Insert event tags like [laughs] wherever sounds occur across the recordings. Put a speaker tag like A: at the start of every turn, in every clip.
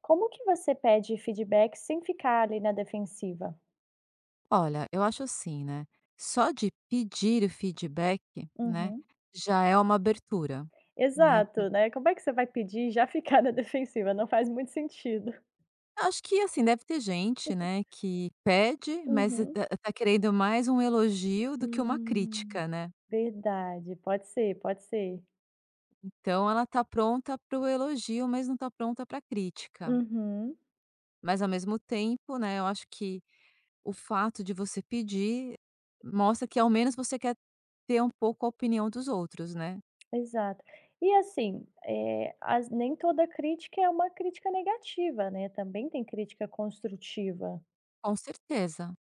A: Como que você pede feedback sem ficar ali na defensiva?
B: Olha, eu acho assim, né, só de pedir o feedback, né,
A: Uhum.
B: já é uma abertura, né, por
A: Exato, né, como é que você vai pedir e já [laughs] ficar na defensiva? Não faz muito sentido.
B: acho que, assim, deve ter gente, né, que pede, mas e
A: Uhum.
B: tá tá querendo mais um elogio do que uma
A: Hum,
B: crítica, né.
A: verdade, pode ser, pode ser.
B: Então ela tá pronta para o elogio, mas não tá pronta para a crítica.
A: Uhum.
B: Mas ao mesmo tempo, né, eu acho que o fato de você pedir mostra que ao menos você quer ter um pouco a opinião dos outros, né.
A: Exato. E assim, as nem toda crítica é uma crítica negativa, né, também tem crítica construtiva.
B: Com certeza.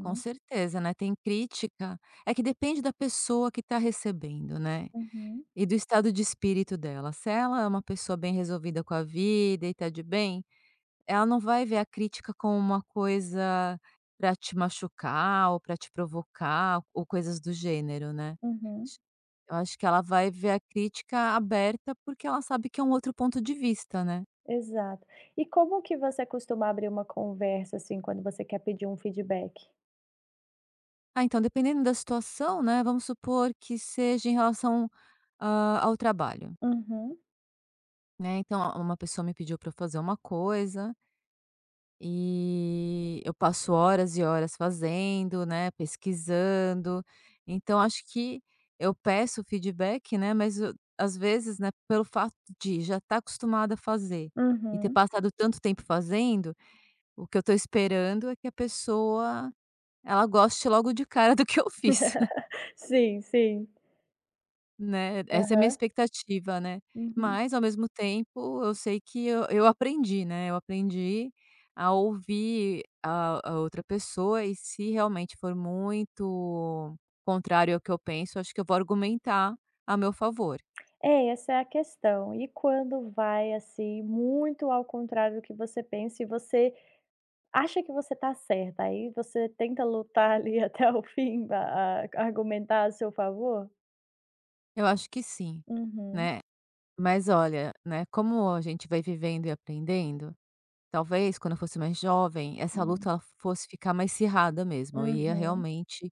B: Com certeza, né, tem crítica é que depende da pessoa que está recebendo, né,
A: uhum,
B: e do estado de espírito dela. Se ela é uma pessoa bem resolvida com a vida e tá de bem, ela não vai ver a crítica como uma coisa para te machucar ou para te provocar ou coisas do gênero, né.
A: uhum.
B: Ch Eu acho que ela vai ver a crítica aberta, porque ela sabe que é um outro ponto de vista, né.
A: Exato. E como que você costuma abrir uma conversa, assim, quando você quer pedir um feedback?
B: Ah, então dependendo da situação, né, vamos supor que seja em relação, ao trabalho.
A: Uhum,
B: Né, então a uma pessoa me pediu para eu fazer uma coisa, e eu passo horas e horas fazendo, né, pesquisando. Então acho que eu peço feedback, né, mas o às vezes, né, pelo fato de já estar acostumada a fazer, e ter
A: uhum.
B: passado tanto tempo fazendo, o que eu estou esperando é que a pessoa, ela goste logo de cara do que eu fiz.
A: [laughs] Sim, sim.
B: Né, essa é a minha
A: Aham,
B: expectativa, né.
A: uhum.
B: Mas ao mesmo tempo eu sei que eu aprendi, né, eu aprendi a ouvir a outra pessoa e se realmente for muito contrário ao que eu penso, acho que eu vou argumentar a meu favor.
A: É, essa é a questão. E quando vai, assim, muito ao contrário do que você pensa e você acha que você está certa, aí você tenta lutar ali [laughs] até o fim, a argumentar a seu favor?
B: Eu acho que sim,
A: Uhum,
B: né. Mas olha, né, como a gente vai vivendo e aprendendo. Talvez quando eu fosse mais jovem, essa
A: hum,
B: luta ela fosse ficar mais acirrada mesmo, eu ia
A: uhum,
B: realmente,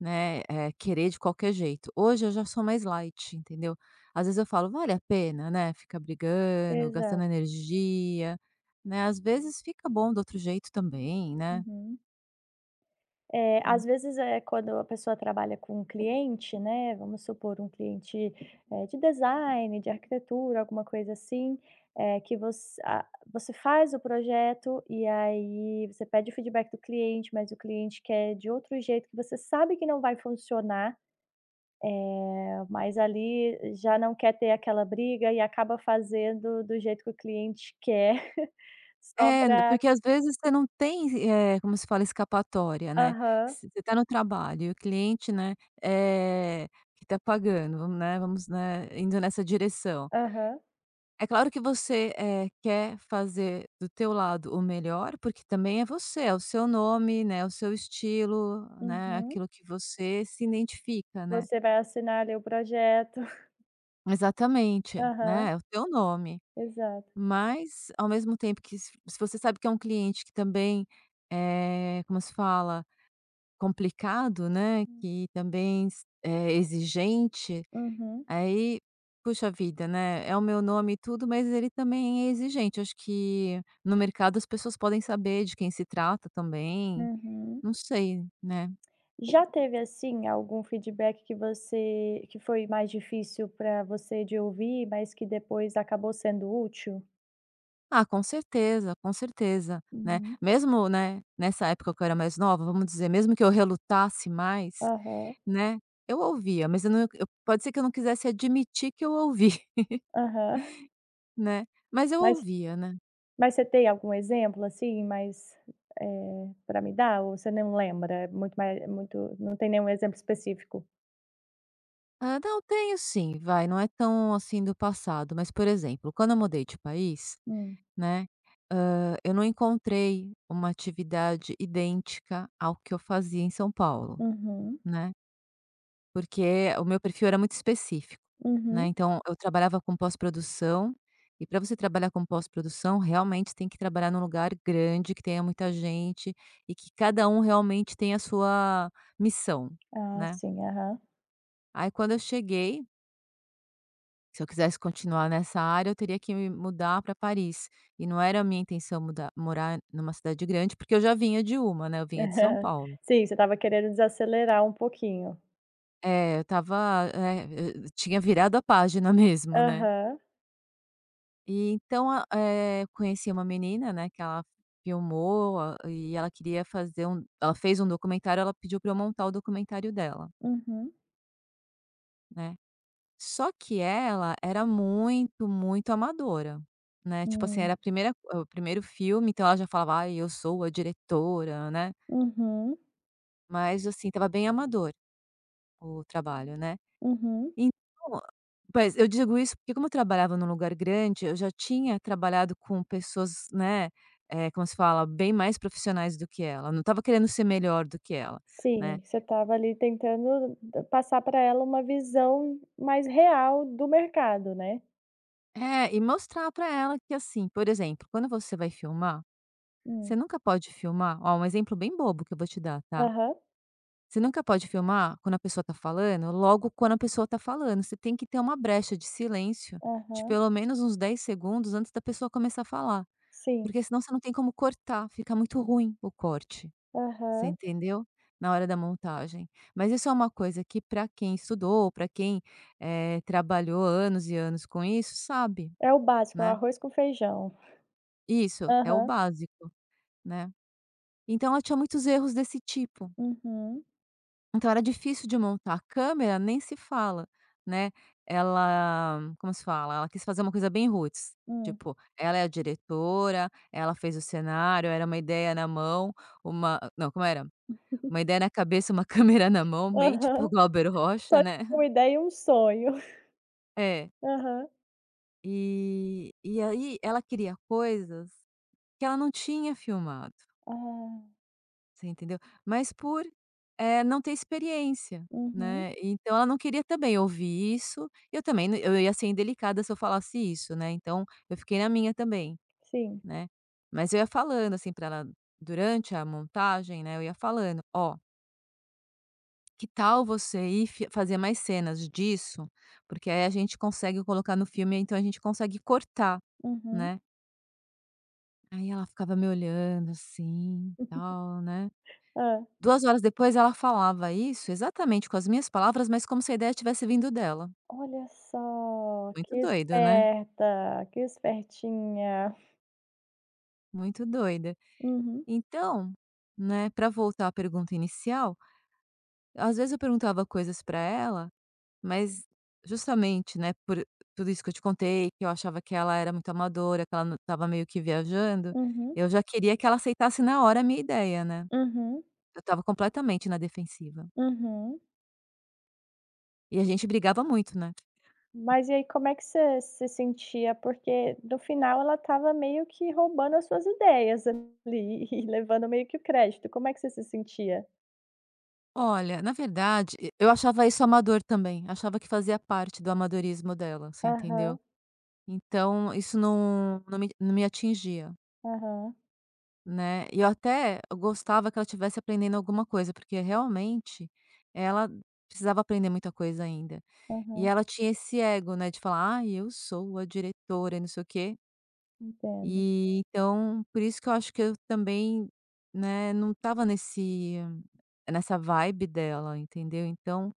B: né, querer de qualquer jeito. Hoje eu já sou mais light, entendeu. Às vezes eu falo: "Vale a pena, né, ficar brigando,
A: exato,
B: gastando energia", né, às vezes fica bom do outro jeito também, né.
A: uhum. Eh,
B: En
A: às vezes, é quando a pessoa trabalha com um cliente, né, vamos supor um cliente, de design, de arquitetura, alguma coisa assim, que você faz o projeto e aí você pede o feedback do cliente, mas o cliente quer de outro jeito que você sabe que não vai funcionar, eh, mas ali já não quer ter aquela briga e acaba fazendo do jeito que o cliente quer [laughs] só
B: É,
A: pra.
B: porque às vezes você não tem, como se fala, escapatória, né.
A: Aham,
B: Se você está no trabalho e o cliente, né, eh, que está pagando, vamos, né, indo nessa direção.
A: aham,
B: É claro que você, quer fazer do teu lado o melhor, porque também é você, é o seu nome, né, o seu estilo, né,
A: uhum.
B: aquilo que você se identifica, né.
A: Você vai assinar ali o projeto.
B: Exatamente,
A: Aham,
B: né, é o teu nome.
A: exato.
B: Mas, ao mesmo tempo que se você sabe que é um cliente que também é, como se fala, complicado, né, que também s é exigente,
A: Uhum,
B: aí, puxa vida, né, é o meu nome e tudo, mas ele também é exigente. Acho que no mercado as pessoas podem saber de quem se trata também,
A: uhum.
B: não sei, né.
A: Já teve, assim, algum feedback que foi mais difícil para você de ouvir, mas que depois acabou sendo útil?
B: Ah, com certeza, né.
A: Uhum.
B: Mesmo, né, nessa época que eu era mais nova, vamos dizer, mesmo que eu relutasse mais.
A: Aham,
B: Né, eu ouvia, mas eu não eu pode ser que eu não quisesse admitir que eu ouvi, [laughs]
A: aham.
B: né, mas eu
A: Mas
B: ouvia, né.
A: mas você tem algum exemplo, assim? Pra me dar ou você não lembra? É muito mais muito, não tem nenhum exemplo específico?
B: Ah, não, tenho sim, vai, não é tão, assim, do passado, mas, por exemplo, quando eu mudei de país,
A: Hum,
B: né, eu não encontrei uma atividade idêntica ao que eu fazia em São Paulo,
A: uhum,
B: né. Porque o meu perfil era muito específico, né,
A: uhum.
B: então eu trabalhava com pós-produção, e para você trabalhar com pós-produção, realmente tem que trabalhar num lugar grande, que tenha muita gente, e que cada um realmente tenha a sua missão,
A: Ah,
B: né.
A: sim, aham.
B: Aí quando eu cheguei, se eu quisesse continuar nessa área, eu teria que me mudar para Paris, e não era a minha intenção mudar morar numa cidade grande, porque eu já vinha de uma, né, eu vinha de São
A: [laughs]
B: Paulo.
A: Sim, você estava querendo desacelerar um pouquinho.
B: É, eu tava eu tinha virado a página [laughs] mesmo, né.
A: Aham.
B: E então conheci uma menina, né, que ela filmou a e ela queria fazer um ela fez um documentário, ela pediu para eu montar o documentário dela,
A: Uhum,
B: né. Só que ela era muito, muito amadora, né, tipo assim,
A: hum,
B: era a primeira o primeiro filme, então ela já falava: "Ai, eu sou a diretora", né,
A: uhum,
B: mas assim, estava bem amador o trabalho, né.
A: uhum.
B: Então, pois, eu digo isso porque como eu trabalhava num lugar grande, eu já tinha trabalhado com pessoas, né, como se fala, bem mais profissionais do que ela, não estava querendo ser melhor do que ela, né.
A: Sim, você estava ali tentando d passar para ela uma visão mais real do mercado, né.
B: É, e mostrar pra ela que, assim, por exemplo, quando você vai filmar,
A: Hum.
B: você nunca pode filmar ó, um exemplo bem bobo que eu vou te dar, tá.
A: Aham,
B: Você nunca pode filmar quando a pessoa tá falando, logo quando a pessoa tá falando, você tem que ter uma brecha de silêncio de
A: aham,
B: pelo menos uns 10 segundos antes da pessoa começar a falar.
A: sim,
B: Porque senão você não tem como cortar, fica muito ruim o corte, você
A: aham.
B: entendeu? Na hora da montagem. Mas isso é uma coisa que para quem estudou, para quem, trabalhou anos e anos com isso, sabe,
A: É o básico, é o
B: né.
A: arroz com feijão.
B: Isso, é o
A: Aham,
B: básico, né. Então ela tinha muitos erros desse tipo,
A: uhum,
B: então era difícil de montar. A câmera nem se fala, né, ela como se fala? Ela quis fazer uma coisa bem roots,
A: hum.
B: tipo, ela é a diretora, ela fez o cenário, era uma ideia na mão, uma não, como era? Uma
A: [laughs]
B: ideia na cabeça, uma [laughs] câmera na mão, bem tipo o
A: Aham,
B: Glauber
A: só
B: Rocha, né.
A: tinha uma ideia e um sonho.
B: É.
A: Aham.
B: E aí ela queria coisas que ela não tinha filmado,
A: Ah,
B: você entendeu? Mas por, não ter experiência,
A: uhum,
B: né, então ela não queria também ouvir isso, eu também não eu ia ser indelicada se eu falasse isso, né, então eu fiquei na minha também,
A: sim,
B: né. Mas eu ia falando, assim, para ela durante a montagem, né, eu ia falando: "Ó". Que tal você ir fi fazer mais cenas disso? Porque aí a gente consegue colocar no filme, então a gente consegue cortar,
A: uhum.
B: né. Aí ela ficava me olhando assim,
A: [laughs]
B: tal, né.
A: ah
B: 2 horas depois ela falava isso exatamente com as minhas palavras, mas como se a ideia tivesse vindo dela.
A: Olha só,
B: Muito
A: que
B: doido, né,
A: esperta, que espertinha.
B: muito doida.
A: Uhum,
B: Então, né, para voltar à pergunta inicial, às vezes eu perguntava coisas para ela. Mas justamente, né, por tudo isso que eu te contei, que eu achava que ela era muito amadora, que ela não estava meio que viajando,
A: uhum,
B: eu já queria que ela aceitasse na hora a minha ideia, né.
A: uhum,
B: Eu estava completamente na defensiva.
A: uhum.
B: E a gente brigava muito, né.
A: Mas e aí como é que você se sentia? Porque no final ela estava meio que roubando as suas ideias ali [laughs] e levando meio que o crédito. Como é que você se sentia?
B: Olha, na verdade, e eu achava isso amador também, achava que fazia parte do amadorismo dela, você entendeu?
A: Aham,
B: Então isso não me atingia.
A: aham,
B: Né, e eu até gostava que ela tivesse aprendendo alguma coisa, porque realmente ela precisava aprender muita coisa ainda. E
A: aham,
B: ela tinha esse ego, né, de falar: ah eu sou a diretora e não sei o quê".
A: entendo.
B: E então, por isso que eu acho que eu também, né, não estava nesse nessa vibe dela, entendeu. Então,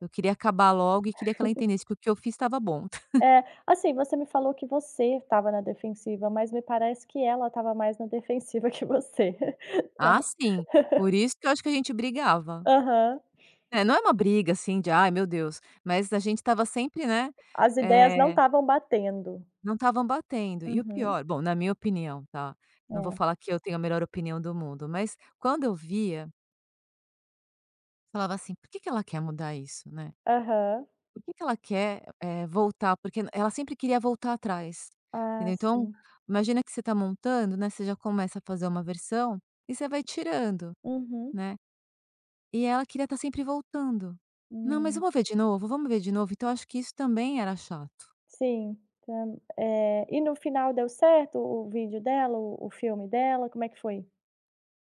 B: eu queria acabar logo e queria que ela entendesse que o que eu fiz estava bom. [laughs]
A: É, assim, você me falou que você estava na defensiva, mas me parece que ela estava mais na defensiva [laughs] que você.
B: Ah, sim, por isso que eu acho que a gente brigava.
A: Aham.
B: É, não é uma briga, assim, de: "Ai, meu Deus", mas a gente estava sempre, né,
A: As ideias não
B: eh,
A: estavam batendo.
B: não estavam batendo. E o
A: Uhum,
B: pior, bom, na minha opinião, tá, não vou
A: é.
B: falar que eu tenho a melhor opinião do mundo, mas quando eu via, falava assim: "Por que que ela quer mudar isso, né?
A: Aham.
B: Por que que ela quer, voltar?" Porque ela sempre queria voltar atrás,
A: Ah,
B: entendeu. Então,
A: sim.
B: imagina que você está montando, né, você já começa a fazer uma versão e você vai tirando,
A: Uhum,
B: né. E ela queria estar sempre voltando. "Não, mas
A: hum.
B: vamos ver de novo, vamos ver de novo", então acho que isso também era chato.
A: Sim, e no final deu certo o vídeo dela, o filme dela, como é que foi?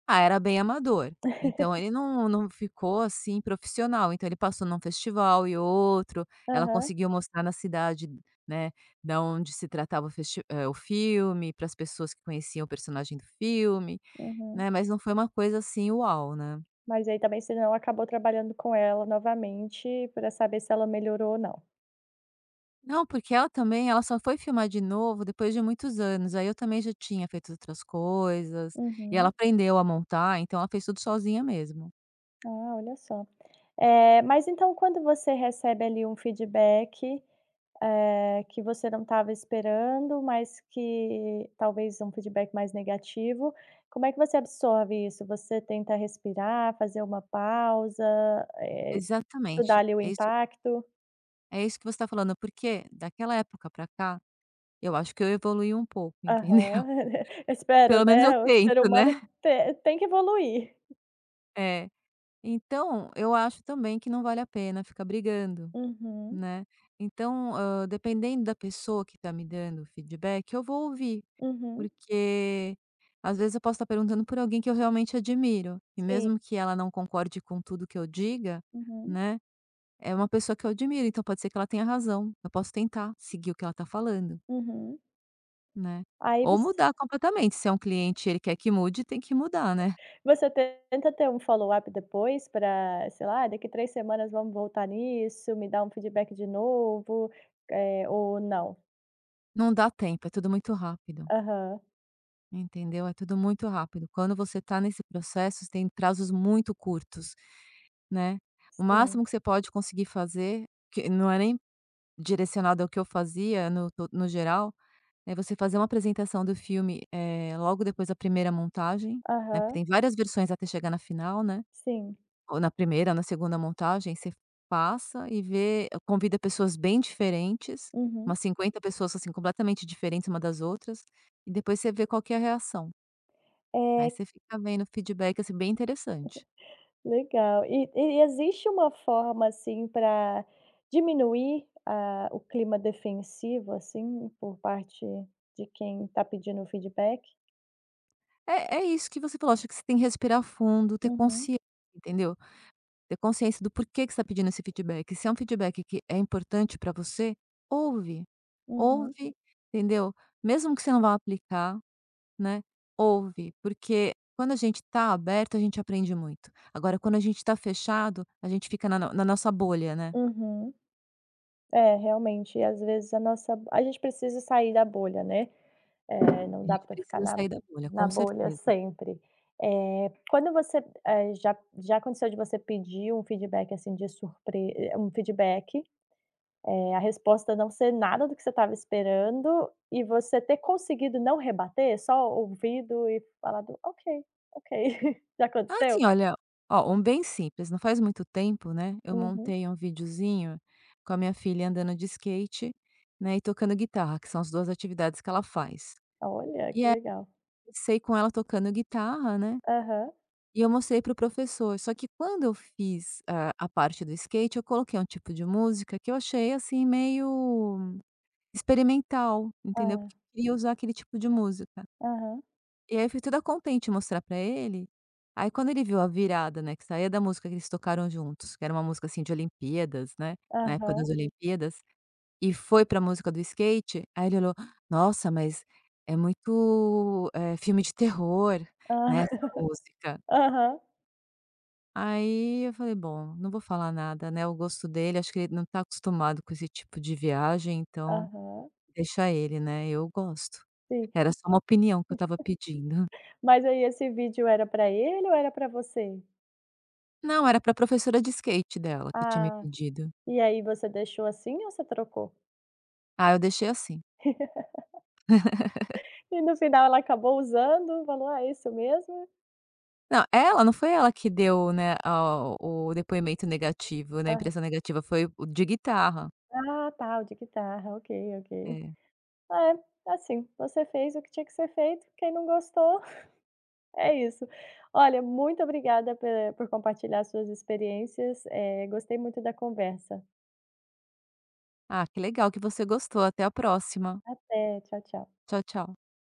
B: Ah, era bem amador, então
A: [laughs]
B: ele não não ficou, assim, profissional, então ele passou num festival e outro, ela
A: Aham,
B: conseguiu mostrar na cidade, né, da onde se tratava o o filme, para as pessoas que conheciam o personagem do filme,
A: uhum.
B: né, mas não foi uma coisa assim, uau, né.
A: Mas aí também você não acabou trabalhando com ela novamente para saber se ela melhorou ou não.
B: Não, porque ela também ela só foi filmar de novo depois de muitos anos, aí eu também já tinha feito outras coisas, e ela
A: Uhum.
B: aprendeu a montar, então ela fez tudo sozinha mesmo.
A: Ah, olha só. Mas então quando você recebe ali um feedback que você não estava esperando, mas que talvez um feedback mais negativo. Como é que você absorve isso? Você tenta respirar, fazer uma pausa, estudar
B: Exatamente,
A: ali o
B: é isso
A: impacto?
B: é isso que você tá falando, porque daquela época pra cá, eu acho que eu evoluí um pouco, entendeu? [laughs]
A: Aham. [laughs] Espero,
B: Pelo menos eu
A: né, o ser
B: tento,
A: humano
B: né.
A: te tem que evoluir.
B: É. Então, eu acho também que não vale a pena ficar brigando,
A: Uhum,
B: né. Então, dependendo da pessoa que tá me dando o feedback, eu vou ouvir.
A: uhum.
B: Porque às vezes eu posso estar perguntando por alguém que eu realmente admiro, e
A: Sim.
B: mesmo que ela não concorde com tudo que eu diga,
A: Uhum,
B: né, é uma pessoa que eu admiro, então pode ser que ela tenha razão, eu posso tentar seguir o que ela está falando,
A: uhum.
B: né.
A: Aí
B: Ou
A: você
B: mudar completamente, se é um cliente e ele quer que mude, tem que mudar, né.
A: Você tenta ter um follow-up depois para, sei lá, daqui 3 semanas vamos voltar nisso, me dá um feedback de novo, ou não?
B: Não dá tempo, é tudo muito rápido,
A: Aham,
B: entendeu, é tudo muito rápido. Quando você está nesse processo, tem prazos muito curtos, né. O
A: sim.
B: máximo que você pode conseguir fazer, que não é nem direcionado ao que eu fazia no geral, é você fazer uma apresentação do filme, logo depois da primeira montagem, né, porque
A: Aham,
B: tem várias versões até chegar na final, né,
A: sim.
B: ou na primeira, ou na segunda montagem, você passa e vê convida pessoas bem diferentes,
A: Uhum.
B: umas 50 pessoas, assim, completamente diferentes uma das outras, e depois você vê qual que é a reação. Aí
A: É,
B: você fica vendo feedback, assim, bem interessante.
A: legal. E existe uma forma, assim, para diminuir a o clima defensivo, assim, por parte de quem está pedindo o feedback?
B: É isso que você falou, acho que você tem que respirar fundo, ter
A: Uhum,
B: consciência, entendeu? Ter consciência do porquê que você está pedindo esse feedback. Se é um feedback que é importante para você, ouve.
A: uhum,
B: Ouve, entendeu? Mesmo que você não vá aplicar, né? Ouve, porque quando a gente está aberto, a gente aprende muito. Agora, quando a gente está fechado, a gente fica na, na nossa bolha, né?
A: uhum. É, realmente, às vezes a gente precisa sair da bolha, né. Não
B: A
A: dá
B: gente
A: para ficar
B: precisa
A: na
B: sair da bolha,
A: na
B: com
A: bolha
B: certeza.
A: sempre. Quando você, já aconteceu de você pedir um feedback, assim, um feedback, a resposta não ser nada do que você estava esperando e você ter conseguido não rebater, só ouvido e falado: "Ok, ok". [laughs] Já aconteceu?
B: Assim, olha, ó, um bem simples. Não faz muito tempo, né? Eu
A: Uhum.
B: montei um videozinho com a minha filha andando de skate, né? E tocando guitarra, que são as duas atividades que ela faz.
A: Olha,
B: E
A: que
B: aí
A: legal.
B: comecei com ela tocando guitarra, né,
A: Aham.
B: e eu mostrei para o professor, só que quando eu fiz a parte do skate, eu coloquei um tipo de música que eu achei, assim, meio experimental,
A: Hã.
B: entendeu, porque eu queria usar aquele tipo de música.
A: Aham.
B: E aí eu fui toda contente em mostrar pra ele, aí quando ele viu a virada, né, que saía da música que eles tocaram juntos, que era uma música, assim, de Olimpíadas, né, na época das
A: Aham.
B: Olimpíadas e foi pra música do skate, aí ele olhou: "Nossa, mas é muito, filme de terror,
A: Hã.
B: né, essa
A: [laughs]
B: música".
A: Aham.
B: Aí eu falei: "Bom, não vou falar nada, né, o gosto dele, acho que ele não tá acostumado com esse tipo de viagem, então
A: Aham.
B: deixa ele, né, eu gosto".
A: Sim.
B: Era só uma opinião que eu estava pedindo.
A: Mas aí esse vídeo era pra ele ou era pra você?
B: Não, era pra professora de skate dela que tinha me
A: Ah,
B: pedido.
A: e aí você deixou assim ou você trocou?
B: Ah, eu deixei assim.
A: [laughs] E no final ela acabou usando, falou: "Ah, é isso mesmo?"
B: Não, ela não foi ela que deu, né, a o depoimento negativo, né, a
A: Aham.
B: impressão negativa, foi o de guitarra.
A: "Ah, tá, o de guitarra, ok, ok".
B: É.
A: É, assim, você fez o que tinha que ser feito, quem não gostou, [laughs] é isso. Olha, muito obrigada pe por compartilhar suas experiências, gostei muito da conversa.
B: Ah, que legal que você gostou. Até a próxima.
A: Até, tchau, tchau.
B: Tchau, tchau.